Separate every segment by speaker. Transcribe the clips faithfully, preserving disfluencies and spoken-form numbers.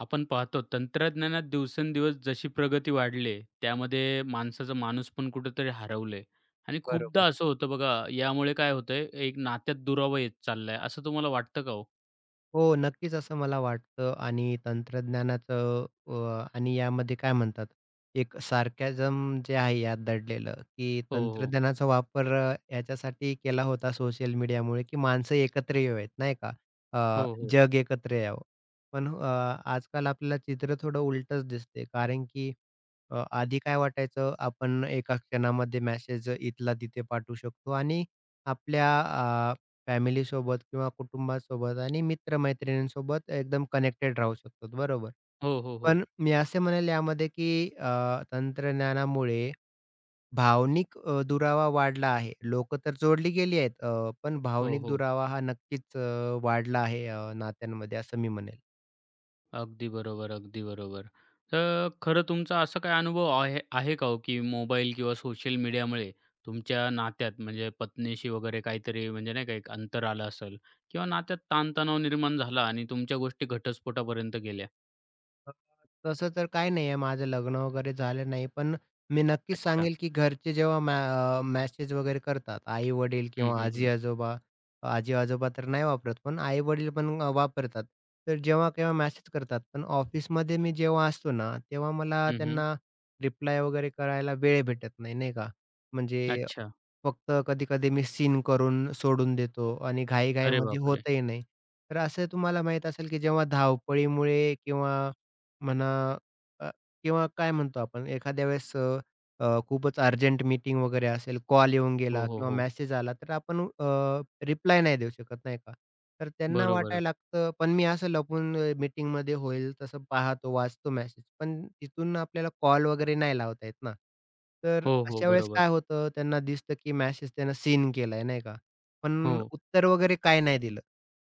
Speaker 1: आपण पाहतो तंत्रज्ञानात दिवसेंदिवस जशी प्रगती वाढली, त्यामध्ये माणसाचा माणूस पण कुठेतरी हरवलंय आणि खूपदा
Speaker 2: बरोबर.
Speaker 1: असं होतं बघा, यामुळे काय होतंय, एक नात्यात दुरावा येत चाललाय, असं तुम्हाला वाटतं का हो?
Speaker 2: हो, नक्कीच असं मला वाटतं आणि तंत्रज्ञानाचं अ, आणि यामध्ये काय म्हणतात, एक सार्कॅझम जे आहे यात दडलेलं, की
Speaker 1: हो, हो.
Speaker 2: तंत्रज्ञानाचा वापर अ, याच्यासाठी केला होता सोशल मीडियामुळे, की माणसं एकत्र यावेत, नाही का?
Speaker 1: हो,
Speaker 2: अ,
Speaker 1: हो.
Speaker 2: जग एकत्र यावं. पण अ, आजकाल आपल्याला चित्र थोडं उलटंच दिसते. कारण की अ, आधी काय वाटायचं, आपण एका क्षणामध्ये मेसेज इथला तिथे पाठवू शकतो आणि आपल्या फॅमिलीसोबत किंवा कुटुंबासोबत आणि मित्र-मैत्रिणींसोबत एकदम कनेक्टेड राहू शकतो. बरोबर.
Speaker 1: हो, हो, हो.
Speaker 2: पण मी असे म्हणेल यामध्ये की अ, तंत्रज्ञानामुळे भावनिक अ, दुरावा वाढला आहे. लोकं तर जोडली गेली आहेत. अ, पण
Speaker 1: हो,
Speaker 2: भावनिक
Speaker 1: हो.
Speaker 2: दुरावा हा नक्कीच अ, वाढला आहे अ, नात्यांमध्ये असं मी म्हणेल.
Speaker 1: अगदी बरोबर, अगदी बरोबर. तर खरं तुमचा असा काही अनुभव आहे आहे का हो, की मोबाईल किंवा सोशल मीडियामुळे तुमच्या नात्यात म्हणजे पत्नीशी वगैरे काहीतरी म्हणजे नाही का एक अंतर आलं असेल किंवा नात्यात ताणतणाव निर्माण झाला आणि तुमच्या गोष्टी घटस्फोटापर्यंत गेल्या?
Speaker 2: अ, तसं तर काही नाहीये, माझं लग्न वगैरे झालं नाही. पण मी नक्कीच
Speaker 1: अच्छा.
Speaker 2: सांगेल, की घरचे जेव्हा मॅ अ, मेसेज वगैरे करतात, आई-वडील
Speaker 1: हं,
Speaker 2: किंवा
Speaker 1: हं, हं.
Speaker 2: आजी-आजोबा. आजी-आजोबा तर नाही वापरत, पण आई-वडील पण अ, वापरतात. तर जेव्हा-केव्हा मेसेज करतात. पण ऑफिसमध्ये मी जेव्हा असतो ना, तेव्हा मला
Speaker 1: हं, हं.
Speaker 2: त्यांना रिप्लाय वगैरे करायला वेळ भेटत नाही, नाही का? म्हणजे
Speaker 1: अच्छा.
Speaker 2: फक्त कधी-कधी मी सीन करून सोडून देतो आणि
Speaker 1: अरे
Speaker 2: घाई-घाईमध्ये
Speaker 1: बापरे!
Speaker 2: होतही नाही. तर असं तुम्हाला माहीत असेल, की जेव्हा धावपळीमुळे किंवा म्हणा अ, किंवा काय म्हणतो आपण एखाद्या वेळेस अ, अ, खूपच अर्जंट मीटिंग वगैरे असेल, कॉल येऊन
Speaker 1: हो,
Speaker 2: गेला
Speaker 1: हो,
Speaker 2: किंवा
Speaker 1: हो.
Speaker 2: मेसेज आला, तर आपण अ, रिप्लाय नाही देऊ शकत नाही का? तर त्यांना
Speaker 1: बरोबर.
Speaker 2: वाटायला लागतं, पण मी असं लपून अ, मीटिंगमध्ये होईल तसं पाहतो, वाचतो मेसेज. पण तिथून आपल्याला कॉल वगैरे नाही लावता येत ना. तर
Speaker 1: हो, हो.
Speaker 2: अशा वेळेस
Speaker 1: बरोबर.
Speaker 2: काय होतं, त्यांना दिसतं की मेसेज त्यानं सीन केलाय नाही का?
Speaker 1: हो.
Speaker 2: पण उत्तर वगैरे काय नाही दिलं.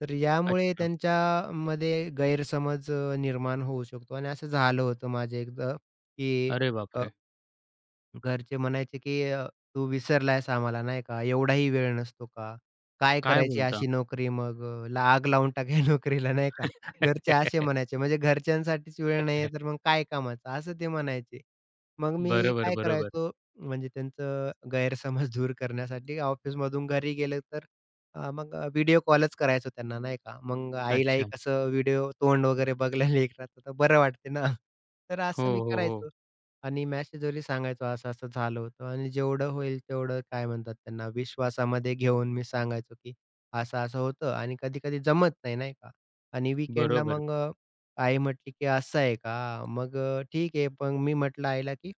Speaker 2: तर यामुळे
Speaker 1: अच्छा.
Speaker 2: त्यांच्यामध्ये गैरसमज अ, निर्माण होऊ शकतो आणि असं झालं होतं माझ्या एकदा, की
Speaker 1: अरे बापरे!
Speaker 2: घरचे म्हणायचे, की अ, "तू विसरलायस आम्हाला नाही का? एवढाही वेळ नसतो का? काय
Speaker 1: काय
Speaker 2: करायची
Speaker 1: बोलता?
Speaker 2: अशी नोकरी मग? अ, ला आग लावून टाक या नोकरीला." नाही का? घरचे असे म्हणायचे. म्हणजे घरच्यांसाठीच वेळ नाहीये तर मग काय कामाचं? असं ते म्हणायचे. मग मी
Speaker 1: बरोबर,
Speaker 2: काय
Speaker 1: बरोबर.
Speaker 2: करायचो म्हणजे त्यांचं गैरसमज दूर करण्यासाठी ऑफिसमधून घरी गेलं तर अ, मग व्हिडिओ कॉलच करायचो त्यांना नाही का? मग आईलाही
Speaker 1: अच्छा.
Speaker 2: कसं व्हिडिओ तोंड वगैरे बघायला लेकराचं तर बरं वाटते ना. तर
Speaker 1: हो,
Speaker 2: असं मी
Speaker 1: हो, हो.
Speaker 2: करायचो. आणि मेसेज वरी सांगायचो, असं-असं झालं होतं आणि जेवढं होईल तेवढं काय म्हणतात त्यांना विश्वासामध्ये घेऊन मी सांगायचो, की असं-असं होतं आणि कधी-कधी जमत नाही, नाही का? आणि वीकेंडला
Speaker 1: बरोबर.
Speaker 2: मग अ, आई म्हटली, की "असं आहे का?" मग अ, ठीक आहे. पण मी म्हटलं आईला, की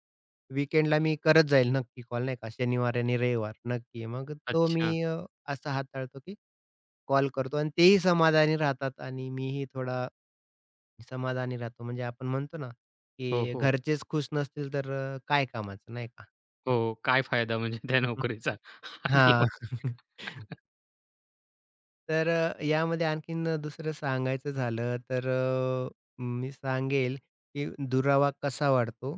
Speaker 2: "वीकेंडला मी करत जाईल नक्की कॉल, नाही का? शनिवार आणि रविवार नक्की." मग तो
Speaker 1: अच्छा.
Speaker 2: मी अ, असं हाताळतो, की कॉल करतो आणि तेही समाधानी राहतात आणि मीही थोडा समाधानी राहतो. म्हणजे आपण म्हणतो ना,
Speaker 1: हो,
Speaker 2: की
Speaker 1: हो.
Speaker 2: घरचेच खुश नसतील तर अ, काय कामाचं नाही का?
Speaker 1: हो. हो. काय फायदा म्हणजे त्या
Speaker 2: हं.
Speaker 1: नोकरीचा? अगदी हो,
Speaker 2: हां. तर अ, यामध्ये आणखीन अ, दुसरं सांगायचं झालं तर अ, मी सांगेल, की दुरावा कसा वाढतो?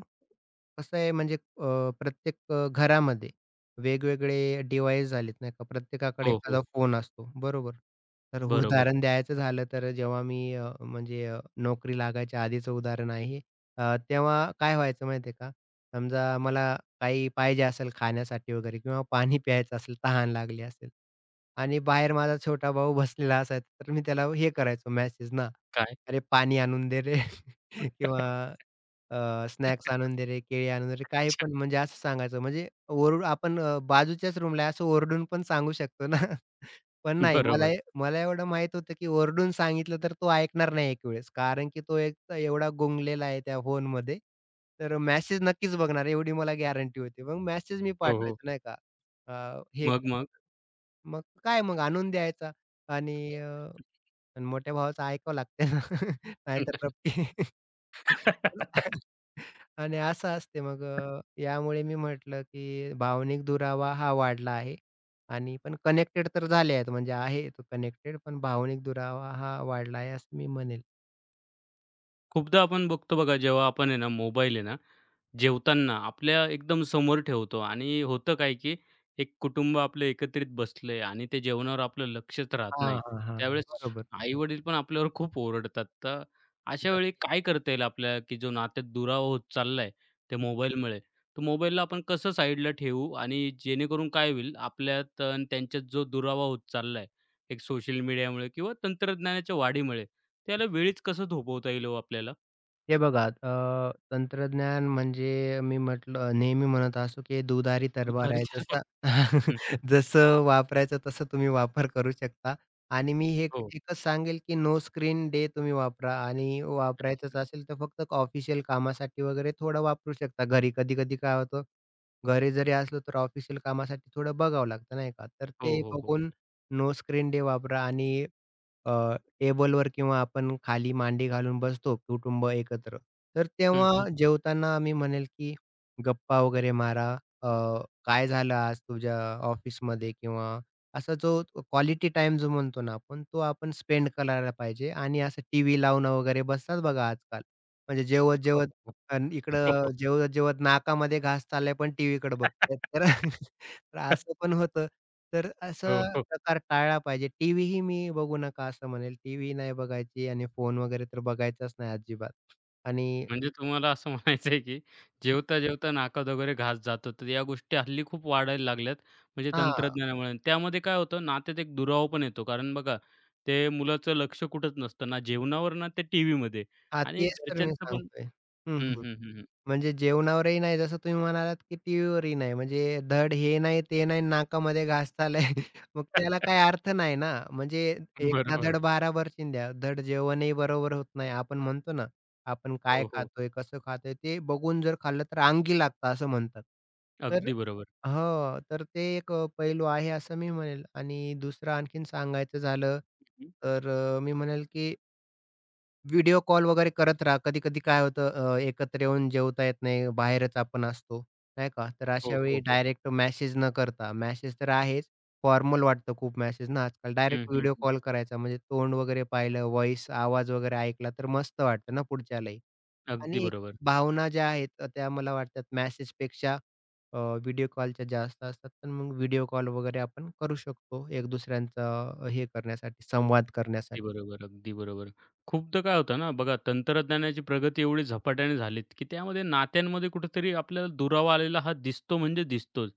Speaker 2: कसं आहे म्हणजे अ, प्रत्येक अ, घरामध्ये वेगवेगळे डिव्हाइस झालेत नाही का? प्रत्येकाकडे
Speaker 1: हो. हो.
Speaker 2: एखादा फोन असतो, बरोबर? तर
Speaker 1: बरोबर.
Speaker 2: उदाहरण द्यायचं झालं तर जेव्हा मी अ, म्हणजे अ, नोकरी लागायच्या आधीचं उदाहरण आहे हे. अ, तेव्हा काय व्हायचं माहिती आहे का? समजा मला काही पाहिजे असेल खाण्यासाठी वगैरे किंवा पाणी प्यायचं असेल, तहान लागली असेल. आणि बाहेर माझा छोटा भाऊ बसलेला असायचा, तर मी त्याला हे करायचो मेसेज ना,
Speaker 1: काय?
Speaker 2: "अरे पाणी आणून दे रे" किंवा अ, "स्नॅक्स आणून दे रे, केळी आणून दे रे." काही
Speaker 1: अच्छा.
Speaker 2: पण म्हणजे असं सांगायचं. म्हणजे ओरडून आपण अ, बाजूच्याच रूमला आहे असं ओरडून पण सांगू शकतो ना. पण नाही मला
Speaker 1: बरोबर.
Speaker 2: हे मला एवढं माहीत होतं, की ओरडून सांगितलं तर तो ऐकणार नाही एक वेळेस. कारण की तो एक तर एवढा गुंगलेला आहे त्या फोनमध्ये, तर मेसेज नक्कीच बघणार एवढी मला गॅरंटी होती. मग मेसेज मी
Speaker 1: हो, हो.
Speaker 2: पाठवायचो नाही का, अ, "हे
Speaker 1: मग,
Speaker 2: कर."
Speaker 1: मग?
Speaker 2: मग काय मग आणून द्यायचा आणि अ, आणि मोठ्या भावाचं ऐकावं लागते ना. नाहीतर रप्पी. आणि असं असते मग अ, यामुळे मी म्हटलं, की भावनिक दुरावा हा वाढला आहे आणि पण कनेक्टेड तर झाले आहेत. म्हणजे आहे तो कनेक्टेड पण भावनिक दुरावा हा वाढला आहे असं मी म्हणेल.
Speaker 1: खूपदा आपण बघतो बघा, जेव्हा आपण आहे ना, मोबाईल आहे ना, जेवताना आपल्या एकदम समोर ठेवतो आणि होतं काय, की एक कुटुंब आपलं एकत्रित बसलंय आणि ते जेवणावर आपलं लक्षच राहत
Speaker 2: हां,
Speaker 1: नाही. हं.
Speaker 2: हां, हां.
Speaker 1: त्यावेळेस
Speaker 2: बरोबर.
Speaker 1: आई-वडील पण आपल्यावर खूप ओरडतात. तर अशा वेळी काय करता येईल आपल्याला, की जो नात्यात दुरावा होत चाललाय त्या मोबाईलमुळे, तर मोबाईलला आपण कसं साईडला ठेवू आणि जेणेकरून काय होईल आपल्यात आणि त्यांच्यात जो दुरावा होत चाललाय, एक सोशल मीडियामुळे किंवा तंत्रज्ञानाच्या वाढीमुळे, त्याला वेळीच कसं थोपवता येईल हो आपल्याला?
Speaker 2: हे बघा अ, तंत्रज्ञान म्हणजे मी म्हटलं नेहमी म्हणत असतो, की दुधारी तलवार आहे.
Speaker 1: दुपारीच्या.
Speaker 2: जसा
Speaker 1: हं, हं.
Speaker 2: जसं वापरायचं तसं तुम्ही वापर करू शकता आणि मी हे एक-
Speaker 1: हो.
Speaker 2: एकच सांगेल, की नो स्क्रीन डे तुम्ही वापरा आणि वापरायचंच असेल तर फक्त ऑफिशियल कामासाठी वगैरे थोडं वापरू शकता. घरी कधी-कधी काय होतं, घरी जरी असलो तर ऑफिशियल कामासाठी थोडं बघावं लागतं नाही का? तर
Speaker 1: हो,
Speaker 2: ते
Speaker 1: हो, हो.
Speaker 2: बघून नो स्क्रीन डे वापरा आणि टेबलवर किंवा आपण खाली मांडी घालून बसतो कुटुंब एकत्र. तर
Speaker 1: हं,
Speaker 2: तेव्हा
Speaker 1: हं.
Speaker 2: जेवताना आम्ही म्हणेल की गप्पा वगैरे मारा. अ, "काय झालं आज तुझ्या ऑफिसमध्ये?" किंवा असा जो क्वालिटी टाइम जो म्हणतो ना आपण, तो आपण स्पेंड करायला पाहिजे आणि असं टीव्ही लावणं वगैरे बसतात बघा आजकाल. म्हणजे
Speaker 1: हो,
Speaker 2: जेवत-जेवत आणि इकडं
Speaker 1: हो.
Speaker 2: जेवत-जेवत नाकामध्ये घास चाललाय, पण टीव्हीकडे बघतायत. तर तर
Speaker 1: हो.
Speaker 2: असं पण होतं. तर
Speaker 1: हो,
Speaker 2: असा
Speaker 1: हो.
Speaker 2: प्रकार टाळला पाहिजे. टीव्हीही मी बघू नका असं म्हणेल. टीव्ही नाही बघायची आणि फोन वगैरे तर बघायचाच नाही अजिबात. आणि
Speaker 1: म्हणजे तुम्हाला असं म्हणायचं आहे, की जेवता-जेवता नाकात वगैरे घास जातो. तर या गोष्टी हल्ली खूप वाढायला लागल्यात. म्हणजे
Speaker 2: हां,
Speaker 1: तंत्रज्ञानामुळे. त्यामध्ये काय होतं नात्यात एक दुरावा पण येतो. कारण बघा ते मुलाचं लक्ष कुठंच नसतं. ना जेवणावर ना ते टीव्हीमध्ये
Speaker 2: हां,
Speaker 1: आणि
Speaker 2: तेच तर मी
Speaker 1: घरच्यांचं पण
Speaker 2: सांगतोय. हं,
Speaker 1: हं,
Speaker 2: हं.
Speaker 1: हं, हं, हं.
Speaker 2: म्हणजे जेवणावरही नाही, जसं तुम्ही म्हणालात, की टीव्हीवरही नाही. म्हणजे धड हे नाही, ते नाही, नाकामध्ये घासतालय. मग त्याला काही अर्थ नाही ना. म्हणजे एक ना
Speaker 1: बरोबर.
Speaker 2: धड बारा शिंद्या. धड जेवणही बरोबर होत नाही. आपण म्हणतो ना, आपण काय
Speaker 1: हो, हो.
Speaker 2: खातोय, कसं खातोय, ते बघून जर खाल्लं तर अंगी लागतं असं म्हणतात. तर
Speaker 1: अगदी बरोबर.
Speaker 2: हो, तर ते एक अ, पैलू आहे असं मी म्हणेल. आणि दुसरं आणखीन सांगायचं झालं,
Speaker 1: हं.
Speaker 2: तर अ, मी म्हणेल, की व्हिडिओ कॉल वगैरे करत राहा. कधी-कधी काय होतं अ, एकत्र येऊन जेवता येत नाही, बाहेरच आपण असतो, नाही का? तर
Speaker 1: हो,
Speaker 2: अशा वेळी
Speaker 1: हो, हो.
Speaker 2: डायरेक्ट मेसेज न करता मेसेज तर आहेच, फॉर्मल वाटतं खूप मेसेज ना आजकाल.
Speaker 1: हं,
Speaker 2: डायरेक्ट
Speaker 1: हं,
Speaker 2: व्हिडिओ
Speaker 1: हं.
Speaker 2: कॉल करायचा म्हणजे तोंड वगैरे पाहिलं, व्हॉईस आवाज वगैरे ऐकला तर मस्त वाटतं ना पुढच्यालाही.
Speaker 1: अगदी
Speaker 2: आणि एक
Speaker 1: बरोबर.
Speaker 2: भावना ज्या आहेत अ, त्या मला वाटतात मेसेजपेक्षा अ, व्हिडिओ कॉलच्या जास्त असतात. तर मग व्हिडिओ कॉल वगैरे आपण करू शकतो एक दुसऱ्यांचा अ, हे करण्यासाठी, संवाद करण्यासाठी.
Speaker 1: अगदी बरोबर, अगदी बरोबर. खूपदा काय होतं ना बघा, तंत्रज्ञानाची प्रगती एवढी झपाट्याने झालीत, की त्यामध्ये नात्यांमध्ये कुठेतरी आपल्याला दुरावा आलेला हा दिसतो म्हणजे दिसतोच.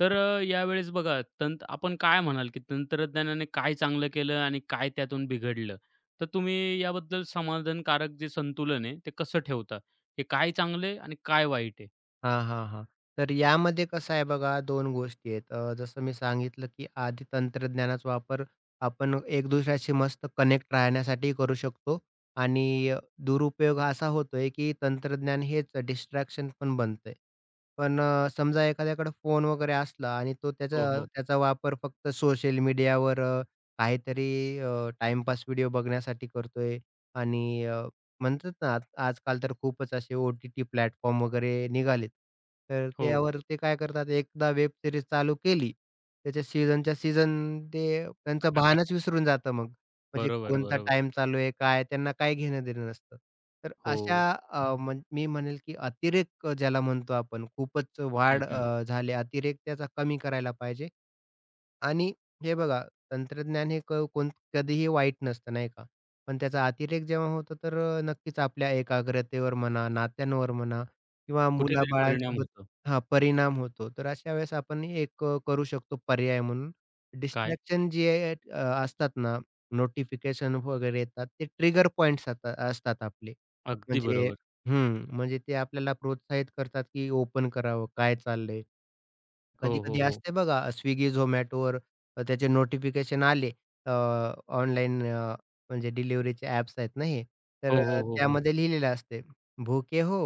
Speaker 1: तर अ, यावेळेस बघा तंत आपण काय म्हणाल, की तंत्रज्ञानाने काय चांगलं केलं आणि काय त्यातून बिघडलं? तर तुम्ही याबद्दल समाधानकारक जे संतुलन आहे, ते कसं ठेवता? हे काय चांगलं आहे आणि काय वाईट आहे?
Speaker 2: हां, हां, हां. तर यामध्ये कसं आहे बघा दोन गोष्टी आहेत. अ, जसं मी सांगितलं, की आधी तंत्रज्ञानाचा वापर आपण एक दुसऱ्याशी मस्त कनेक्ट राहण्यासाठी करू शकतो आणि अ, दुरुपयोग असा होतोय, की तंत्रज्ञान हेच डिस्ट्रॅक्शन पण बनतंय. पण अ, समजा एखाद्याकडे फोन वगैरे असला आणि तो त्याचा
Speaker 1: हो, हो.
Speaker 2: त्याचा वापर फक्त सोशल मीडियावर अ, काहीतरी अ, टाईमपास व्हिडिओ बघण्यासाठी करतोय आणि म्हणतात ना, आज आजकाल तर खूपच असे ओ-टी-टी प्लॅटफॉर्म वगैरे निघालेत. तर
Speaker 1: हो, हो.
Speaker 2: त्यावर ते काय करतात, एकदा वेब सीरीज चालू केली, त्याच्या सीझनच्या सीझन ते त्यांचं भानच विसरून जातं मग. म्हणजे
Speaker 1: बरोबर,
Speaker 2: कोणता
Speaker 1: बरोबर.
Speaker 2: टाइम चालू आहे, काय त्यांना काय घेणं-देणं नसतं. तर
Speaker 1: हो.
Speaker 2: अशा अ, म्हण मी म्हणेल, की अतिरेक अ, ज्याला म्हणतो आपण, खूपच
Speaker 1: हं,
Speaker 2: वाढ
Speaker 1: हं.
Speaker 2: अ, झाली. अतिरेक त्याचा कमी करायला पाहिजे. आणि हे बघा, तंत्रज्ञान हे क कोण कधीही वाईट नसतं, नाही का? पण त्याचा अतिरेक जेव्हा होतो, तर अ, नक्कीच आपल्या एकाग्रतेवर म्हणा, नात्यांवर म्हणा किंवा
Speaker 1: कुठेतरी परिणाम
Speaker 2: मुलाबाळांसोबत
Speaker 1: होतो.
Speaker 2: हां, परिणाम होतो. तर अशा वेळेस आपण एक अ, करू शकतो पर्याय म्हणून,
Speaker 1: काय?
Speaker 2: डिस्ट्रॅक्शन जे आहे, अ, असतात ना, नोटिफिकेशन वगैरे येतात, ते ट्रिगर पॉइंट्स आता असतात आपले.
Speaker 1: अगदी
Speaker 2: म्हणजे
Speaker 1: बरोबर.
Speaker 2: हं, म्हणजे ते आपल्याला प्रोत्साहित करतात, की ओपन करावं, काय चाललंय?
Speaker 1: हो, हो,
Speaker 2: कधी-कधी
Speaker 1: हो.
Speaker 2: असते बघा अ, Swiggy, Zomatoवर अ, त्याचे नोटिफिकेशन आले अ, ऑनलाईन अ, म्हणजे डिलिव्हरीचे ॲप्स आहेत ना हे,
Speaker 1: हो,
Speaker 2: तर अ,
Speaker 1: हो, हो, हो.
Speaker 2: त्यामध्ये लिहिलेलं असते, भूके हो?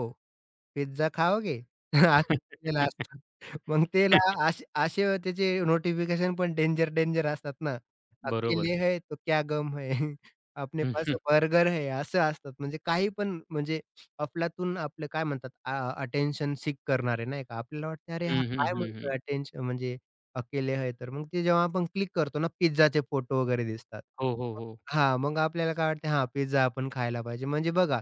Speaker 2: पिझ्झा खाओगे? असं केलेलं असतं. मग त्याला असे असे त्याचे नोटिफिकेशन पण डेंजर, डेंजर असतात ना. अकेले
Speaker 1: बरोबर.
Speaker 2: है तो क्या गम है? आपने
Speaker 1: हं,
Speaker 2: पास
Speaker 1: हं.
Speaker 2: बर्गर है असं असतात. म्हणजे काही पण म्हणजे अफलातून आपलं काय म्हणतात अटेन्शन सीक करणारे नाही का? आपल्याला वाटतं अरे हा
Speaker 1: हं, हं,
Speaker 2: काय म्हणतोय
Speaker 1: हं,
Speaker 2: अटेन्शन म्हणजे अकेले है तर मग ते जेव्हा आपण क्लिक करतो ना पिझ्झाचे फोटो वगैरे दिसतात.
Speaker 1: हो, हो, हो.
Speaker 2: हां, मग आपल्याला काय वाटतं हां, पिझ्झा आपण खायला पाहिजे. म्हणजे बघा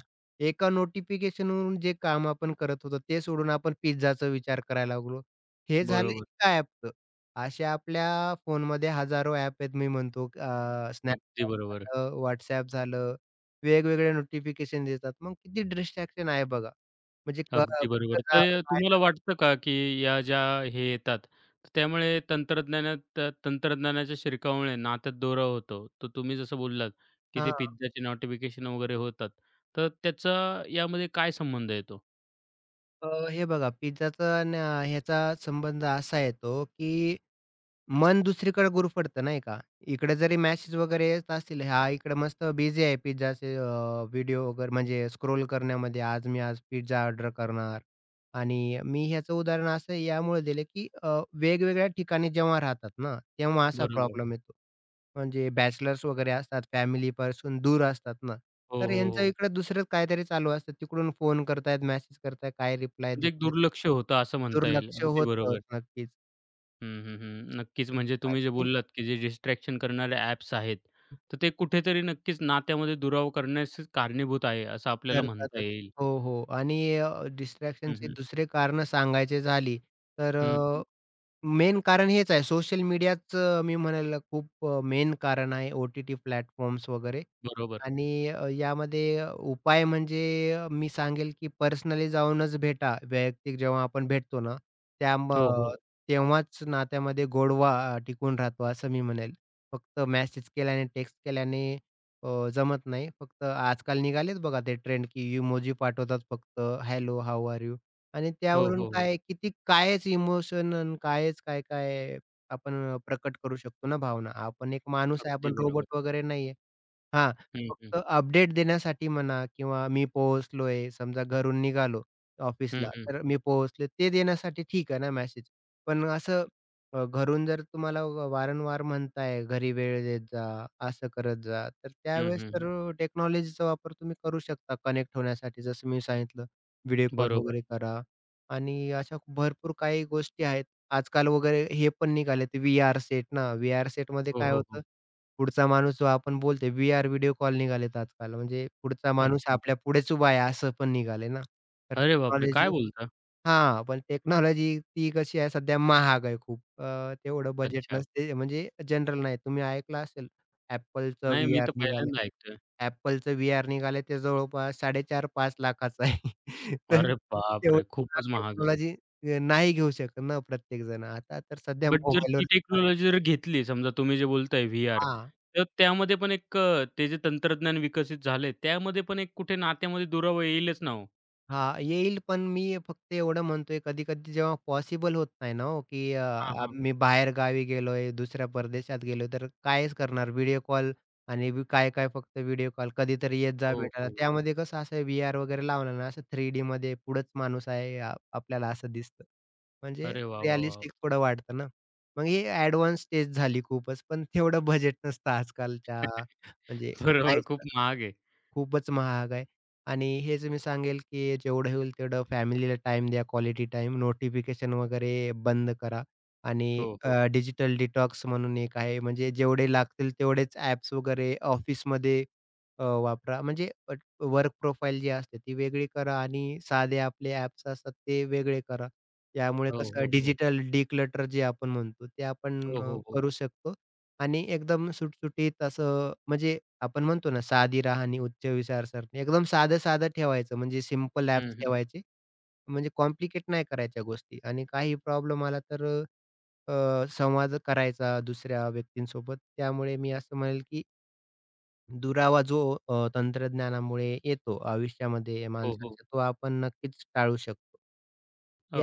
Speaker 2: एका नोटिफिकेशनवरून जे काम आपण करत होतो, ते सोडून आपण पिझ्झाचा विचार करायला लागलो. हे झालं
Speaker 1: बरोबर.
Speaker 2: एका ॲपचं. अशा आपल्या फोनमध्ये हजारो ॲप आहेत मी म्हणतो अ,
Speaker 1: अगदी
Speaker 2: Snapchat
Speaker 1: बरोबर.
Speaker 2: झालं, WhatsApp झालं, वेगवेगळे नोटिफिकेशन्स येतात. मग किती डिस्ट्रॅक्शन आहे बघा. म्हणजे क
Speaker 1: अगदी
Speaker 2: कुठं
Speaker 1: बरोबर.
Speaker 2: जा
Speaker 1: तर
Speaker 2: काय
Speaker 1: तुम्हाला वाटतं का, की या ज्या हे येतात, तर त्यामुळे तंत्रज्ञानात तंत्रज्ञानाच्या शिरकामुळे नात्यात दोरा होतो. तर तुम्ही जसं बोललात, की ते
Speaker 2: हां.
Speaker 1: पिझ्झाचे नोटिफिकेशन वगैरे होतात. तर त्याचा यामध्ये काय संबंध येतो?
Speaker 2: अ, हे बघा पिझ्झाचा आणि ह्याचा संबंध असा येतो, की मन दुसरीकडे गुरफटतं नाही का? इकडे जरी मॅसेज वगैरे येत असतील, हा इकडे मस्त बिझी आहे पिझ्झाचे अ, व्हिडिओ वगैरे म्हणजे स्क्रोल करण्यामध्ये. आज मी आज पिझ्झा ऑर्डर करणार आणि मी ह्याचं उदाहरण असं यामुळे दिलं, की अ, वेगवेगळ्या ठिकाणी जेव्हा राहतात ना, तेव्हा असा
Speaker 1: बरोबर.
Speaker 2: प्रॉब्लेम येतो. म्हणजे बॅचलर्स वगैरे असतात, फॅमिलीपासून दूर असतात ना,
Speaker 1: हो,
Speaker 2: तर
Speaker 1: हो,
Speaker 2: यांचं
Speaker 1: हो.
Speaker 2: इकडे दुसरंच काहीतरी चालू असतं. तिकडून फोन करतायत, मेसेज करतायत, काय रिप्लाय
Speaker 1: म्हणजे
Speaker 2: देत
Speaker 1: एक
Speaker 2: नाहीत.
Speaker 1: दुर्लक्ष होतं असं म्हणता येईल.
Speaker 2: दुर्लक्ष
Speaker 1: अगदी
Speaker 2: होतं
Speaker 1: बरोबर.
Speaker 2: नक्कीच.
Speaker 1: हं, हं, हं. नक्कीच म्हणजे तुम्ही जे
Speaker 2: आणखीन
Speaker 1: बोललात, की जे डिस्ट्रॅक्शन करणारे ॲप्स आहेत, तर ते कुठेतरी नक्कीच नात्यामध्ये दुराव करण्यास कारणीभूत आहे, असं आपल्याला म्हणता
Speaker 2: करतातच.
Speaker 1: येईल.
Speaker 2: हो, हो. आणि अ,
Speaker 1: हं,
Speaker 2: डिस्ट्रॅक्शनचे
Speaker 1: हं.
Speaker 2: दुसरे कारणं सांगायचे झाली, तर
Speaker 1: हं, हं.
Speaker 2: मेन कारण हेच आहे. सोशल मीडियाच मी म्हणेल खूप मेन कारण आहे, ओ-टी-टी प्लॅटफॉर्म्स वगैरे.
Speaker 1: बरोबर.
Speaker 2: आणि अ, यामध्ये उपाय म्हणजे अ, मी सांगेल की पर्सनली जाऊनच भेटा. वैयक्तिक जेव्हा आपण भेटतो ना, त्या म
Speaker 1: हो, हो.
Speaker 2: बरोबर. तेव्हाच नात्यामध्ये गोडवा अ, टिकून राहतो असं मी म्हणेल. फक्त मेसेज केल्याने, टेक्स्ट केल्याने अ, जमत नाही. फक्त आजकाल निघालेत बघा ते ट्रेंड की इमोजी पाठवतात फक्त हॅलो, हाऊ आर यू? आणि
Speaker 1: हो,
Speaker 2: त्यावरून
Speaker 1: हो, हो.
Speaker 2: काय किती कायच इमोशन कायच काय-काय आपण प्रकट करू शकतो ना भावना. आपण एक माणूस आहे,
Speaker 1: अगदी
Speaker 2: आपण
Speaker 1: बरोबर.
Speaker 2: रोबोट वगैरे नाहीये. हां,
Speaker 1: हं, हं.
Speaker 2: फक्त अपडेट देण्यासाठी म्हणा किंवा मी पोहोचलोय, समजा घरून निघालो
Speaker 1: हं,
Speaker 2: ऑफिसला,
Speaker 1: हं.
Speaker 2: तर मी पोहोचले ते देण्यासाठी ठीक आहे ना मेसेज. पण असं अ, घरून जर तुम्हाला व वारंवार म्हणताय, "घरी वेळ देत जा, असं करत जा." तर
Speaker 1: हं,
Speaker 2: त्यावेळेस
Speaker 1: हं,
Speaker 2: तर
Speaker 1: हं.
Speaker 2: अ, टेक्नॉलॉजीचा वापर तुम्ही करू शकता कनेक्ट होण्यासाठी. जसं मी सांगितलं, व्हिडिओ कॉल
Speaker 1: बरोबर.
Speaker 2: वगैरे करा आणि अशा भरपूर काही गोष्टी आहेत. आजकाल वगैरे हे पण निघाले ते व्हीआर सेट ना, व्हीआर सेटमध्ये
Speaker 1: हो,
Speaker 2: काय
Speaker 1: हो, हो.
Speaker 2: होतं पुढचा माणूस जो आपण बोलतोय वी आर व्हिडिओ कॉल निघालेत आजकाल. म्हणजे पुढचा माणूस
Speaker 1: अच्छा.
Speaker 2: आपल्या पुढेच उभा आहे असं पण निघालंय ना. तर
Speaker 1: अरे बापरे! काय
Speaker 2: टेक्नॉलॉजी
Speaker 1: बोलता?
Speaker 2: हां, पण टेक्नॉलॉजी ती कशी आहे सध्या महाग आहे खूप. अ, तेवढं बजेट
Speaker 1: अच्छा.
Speaker 2: नसते म्हणजे जनरल नाही. तुम्ही ऐकलं असेल Appleचं
Speaker 1: नाही मी
Speaker 2: व्ही-आर
Speaker 1: तर
Speaker 2: निघालं.
Speaker 1: पहिल्यांदा ऐकतोय.
Speaker 2: Appleचं व्ही-आर निघालं ते जवळपास 4,500-5,00,000चं आहे. तर
Speaker 1: अरे बापरे!
Speaker 2: तेवढी
Speaker 1: खूपच महाग.
Speaker 2: टेक्नॉलॉजी नाही घेऊ शकत ना प्रत्येक जण आता तर सध्या
Speaker 1: बट जर
Speaker 2: मोबाईलवर
Speaker 1: ती टेक्नॉलॉजी जर घेतली, समजा तुम्ही जे बोलताय व्हीआर,
Speaker 2: हां.
Speaker 1: तर त्यामध्ये पण एक अ, ते जे तंत्रज्ञान विकसित झालंय, त्यामध्ये पण एक कुठे नात्यामध्ये दुरावा येईलच ना हो.
Speaker 2: हां, येईल पण मी फक्त एवढं म्हणतोय कधी-कधी जेव्हा पॉसिबल होत नाही ना हो, की अ,
Speaker 1: हां,
Speaker 2: आ
Speaker 1: हां.
Speaker 2: मी बाहेरगावी गेलोय, दुसऱ्या परदेशात गेलोय, तर कायच करणार व्हिडिओ कॉल आणि काय-काय फक्त व्हिडिओ कॉल. कधीतरी येत जा
Speaker 1: हो,
Speaker 2: भेटायला.
Speaker 1: हो, हो.
Speaker 2: त्यामध्ये कसं असं व्हीआर वगैरे लावलं ना, असं 3Dमध्ये पुढंच माणूस आहे आ आपल्याला असं दिसतं. म्हणजे
Speaker 1: अरे वाह, वाह, वाह!
Speaker 2: रिअलिस्टिक थोडं वाटतं ना. मग ही ॲडव्हान्स स्टेज झाली खूपच, पण तेवढं बजेट नसतं आजकालच्या म्हणजे
Speaker 1: बरोबर, खूप महाग आहे.
Speaker 2: खूपच महाग आहे आणि हेच मी सांगेल, की जेवढं होईल तेवढं फॅमिलीला टाइम द्या, क्वालिटी टाइम नोटिफिकेशन वगैरे बंद करा आणि
Speaker 1: हो, हो.
Speaker 2: डिजिटल डिटॉक्स म्हणून एक आहे. म्हणजे जेवढे लागतील तेवढेच ॲप्स वगैरे ऑफिसमध्ये अ, वापरा. म्हणजे वर्क प्रोफाइल जी असते ती वेगळी करा आणि साधे आपले ॲप्स असतात ते वेगळे करा. त्यामुळे
Speaker 1: हो,
Speaker 2: कसं
Speaker 1: हो, हो.
Speaker 2: डिजिटल डिक्लटर जे आपण म्हणतो, ते आपण
Speaker 1: हो,
Speaker 2: अ,
Speaker 1: हो, हो.
Speaker 2: करू शकतो आणि एकदम सुटसुटीत असं म्हणजे आपण म्हणतो ना, साधी राहणी, उच्च विचारसरणी. एकदम साधं-साधं ठेवायचं, म्हणजे सिंपल
Speaker 1: हं,
Speaker 2: ॲप्स
Speaker 1: हं.
Speaker 2: ठेवायचे. म्हणजे कॉम्प्लिकेट नाही करायच्या गोष्टी आणि काही प्रॉब्लेम आला तर अ, अ, संवाद करायचा दुसऱ्या व्यक्तींसोबत. त्यामुळे मी असं म्हणेल, की दुरावा जो अ, तंत्रज्ञानामुळे येतो आयुष्यामध्ये
Speaker 1: हो, हो.
Speaker 2: माणसांच्या, तो आपण नक्कीच टाळू शकतो.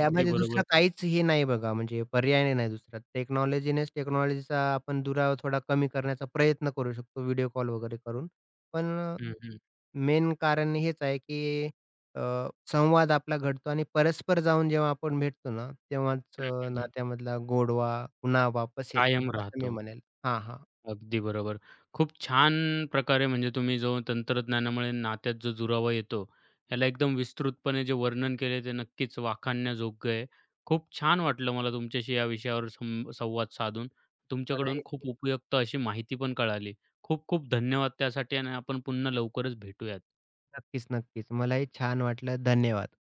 Speaker 1: अगदी बरोबर.
Speaker 2: दुसरा काहीच हे नाही बघा, म्हणजे पर्याय नाही दुसरा. टेक्नॉलॉजीनेच टेक्नॉलॉजीचा आपण दुरावा थोडा कमी करण्याचा प्रयत्न करू शकतो व्हिडिओ कॉल वगैरे करून. पण
Speaker 1: हं, हं,
Speaker 2: मेन कारण हेच आहे, की अ, संवाद आपला घडतो आणि परस्पर जाऊन जेव्हा आपण भेटतो ना, तेव्हाच अ,
Speaker 1: हं, हं.
Speaker 2: नात्यामधला गोडवा पुन्हा वापस येतो,
Speaker 1: कायम
Speaker 2: असं मी
Speaker 1: राहतो.
Speaker 2: म्हणेल. हां, हां.
Speaker 1: अगदी बरोबर. खूप छान प्रकारे म्हणजे तुम्ही जो तंत्रज्ञानामुळे नात्यात जो दुरावा येतो, याला एकदम विस्तृतपणे जे वर्णन केले ते नक्कीच वाखाणण्याजोग्य आहे. खूप छान वाटलं मला तुमच्याशी या विषयावर सं संवाद साधून. तुमच्याकडून
Speaker 2: मलाही
Speaker 1: खूप उपयुक्त अशी माहिती पण कळाली. खूप खूप धन्यवाद त्यासाठी आणि आपण पुन्हा लवकरच भेटूयात.
Speaker 2: नक्कीच, नक्कीच. मलाही छान वाटलं. धन्यवाद.